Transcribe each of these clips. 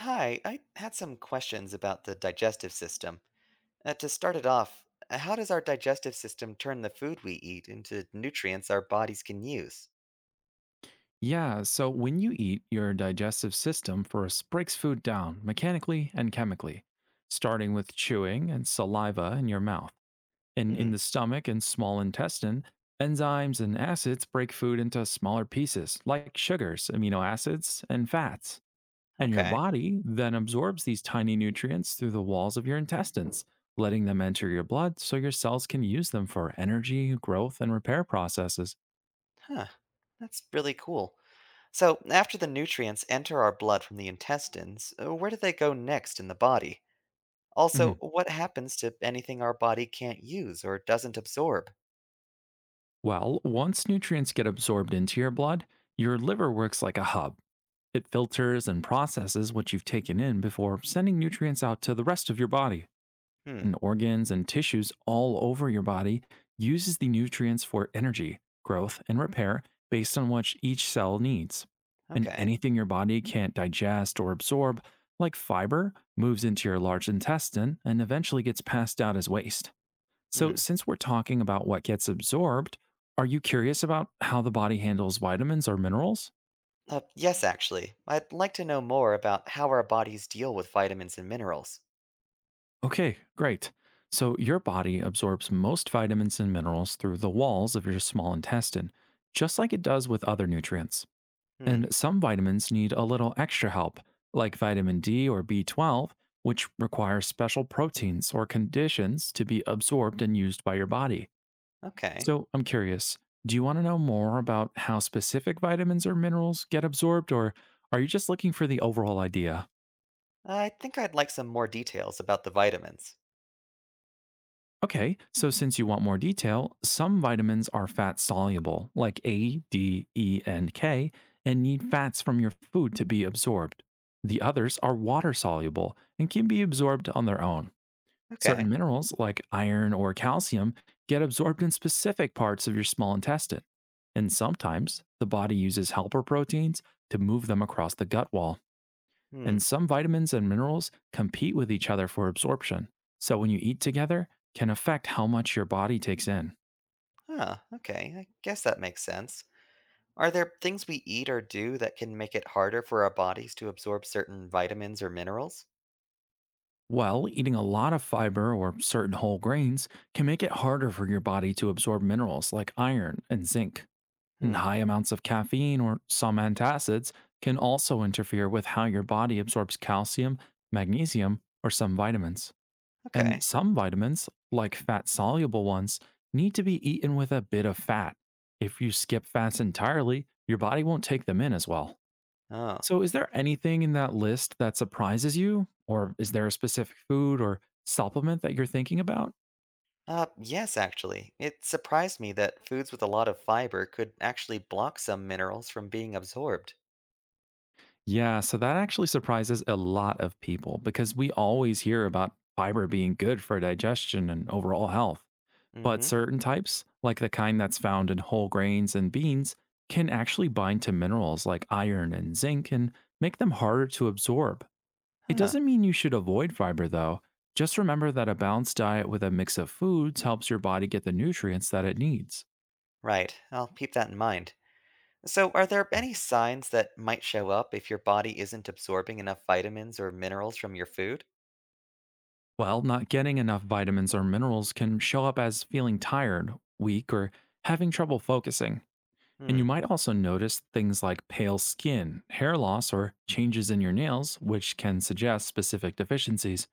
Hi, I had some questions about the digestive system. To start it off, how does our digestive system turn the food we eat into nutrients our bodies can use? Yeah, so when you eat, your digestive system first breaks food down mechanically and chemically, starting with chewing and saliva in your mouth. And in Hmm, the stomach and small intestine, enzymes and acids break food into smaller pieces, like sugars, amino acids, and fats. And your okay. body then absorbs these tiny nutrients through the walls of your intestines, letting them enter your blood so your cells can use them for energy, growth, and repair processes. Huh. That's really cool. So, after the nutrients enter our blood from the intestines, where do they go next in the body? Also, Mhm. what happens to anything our body can't use or doesn't absorb? Well, once nutrients get absorbed into your blood, your liver works like a hub. It filters and processes what you've taken in before sending nutrients out to the rest of your body. Hmm, And organs and tissues all over your body uses the nutrients for energy, growth, and repair based on what each cell needs. And okay. anything your body can't digest or absorb, like fiber, moves into your large intestine and eventually gets passed out as waste. So, Hmm. since we're talking about what gets absorbed, are you curious about how the body handles vitamins or minerals? Yes, actually. I'd like to know more about how our bodies deal with vitamins and minerals. Okay, great. So, your body absorbs most vitamins and minerals through the walls of your small intestine, just like it does with other nutrients. Hmm. And some vitamins need a little extra help, like vitamin D or B12, which require special proteins or conditions to be absorbed and used by your body. Okay. So I'm curious, do you want to know more about how specific vitamins or minerals get absorbed, or are you just looking for the overall idea? I think I'd like some more details about the vitamins. Okay, so since you want more detail, some vitamins are fat soluble, like A, D, E, and K, and need fats from your food to be absorbed. The others are water soluble and can be absorbed on their own. Certain Okay. minerals, like iron or calcium, get absorbed in specific parts of your small intestine. And sometimes the body uses helper proteins to move them across the gut wall. And Hmm. some vitamins and minerals compete with each other for absorption. So when you eat together, can affect how much your body takes in. Huh. Okay. I guess that makes sense. Are there things we eat or do that can make it harder for our bodies to absorb certain vitamins or minerals? Well, eating a lot of fiber or certain whole grains can make it harder for your body to absorb minerals like iron and zinc. And Hmm. high amounts of caffeine or some antacids can also interfere with how your body absorbs calcium, magnesium, or some vitamins. And Okay. some vitamins, like fat soluble ones, need to be eaten with a bit of fat. If you skip fats entirely, your body won't take them in as well. Oh. So, is there anything in that list that surprises you? Or is there a specific food or supplement that you're thinking about? Yes, actually. It surprised me that foods with a lot of fiber could actually block some minerals from being absorbed. Yeah, so that actually surprises a lot of people because we always hear about fiber being good for digestion and overall health. Mm But hmm. certain types, like the kind that's found in whole grains and beans, can actually bind to minerals like iron and zinc and make them harder to absorb. It Huh. doesn't mean you should avoid fiber though. Just remember that a balanced diet with a mix of foods helps your body get the nutrients that it needs. Right. I'll keep that in mind. So, are there any signs that might show up if your body isn't absorbing enough vitamins or minerals from your food? Well, not getting enough vitamins or minerals can show up as feeling tired, weak, or having trouble focusing. And Hmm, you might also notice things like pale skin, hair loss, or changes in your nails, which can suggest specific deficiencies.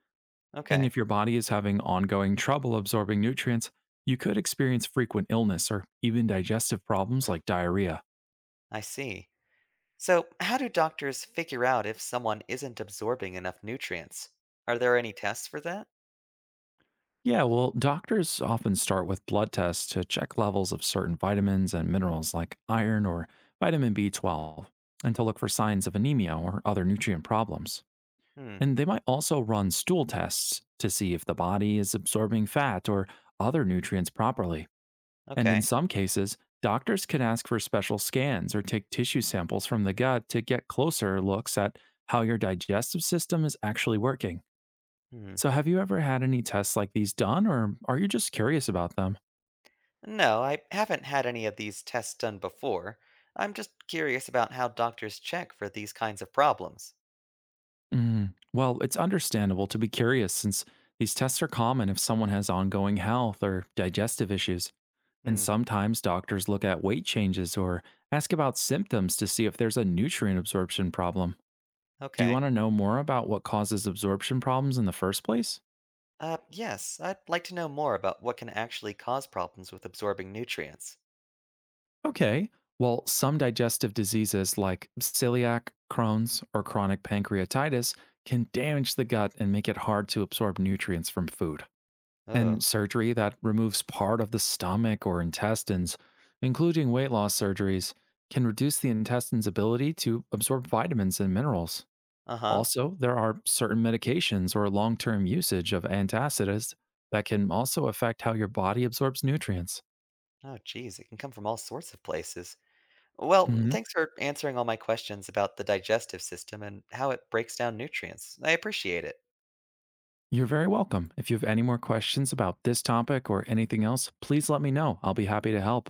And okay, if your body is having ongoing trouble absorbing nutrients, you could experience frequent illness or even digestive problems like diarrhea. I see. So, how do doctors figure out if someone isn't absorbing enough nutrients? Are there any tests for that? Yeah, well, doctors often start with blood tests to check levels of certain vitamins and minerals like iron or vitamin B12 and to look for signs of anemia or other nutrient problems. Hmm, And they might also run stool tests to see if the body is absorbing fat or other nutrients properly. And in okay. some cases, doctors can ask for special scans or take tissue samples from the gut to get closer looks at how your digestive system is actually working. Hmm. So, have you ever had any tests like these done, or are you just curious about them? No, I haven't had any of these tests done before. I'm just curious about how doctors check for these kinds of problems. Mm, well, it's understandable to be curious since these tests are common if someone has ongoing health or digestive issues. And Hmm, sometimes doctors look at weight changes or ask about symptoms to see if there's a nutrient absorption problem. Do you want okay. to know more about what causes absorption problems in the first place? Yes, I'd like to know more about what can actually cause problems with absorbing nutrients. Okay. Well, some digestive diseases like celiac, Crohn's, or chronic pancreatitis can damage the gut and make it hard to absorb nutrients from food. And Oh, surgery that removes part of the stomach or intestines, including weight loss surgeries, can reduce the intestine's ability to absorb vitamins and minerals. uh-huh. Also, there are certain medications or long term usage of antacids that can also affect how your body absorbs nutrients. Oh, geez, it can come from all sorts of places. Well, Mhm. thanks for answering all my questions about the digestive system and how it breaks down nutrients. I appreciate it. You're very welcome. If you have any more questions about this topic or anything else, please let me know. I'll be happy to help.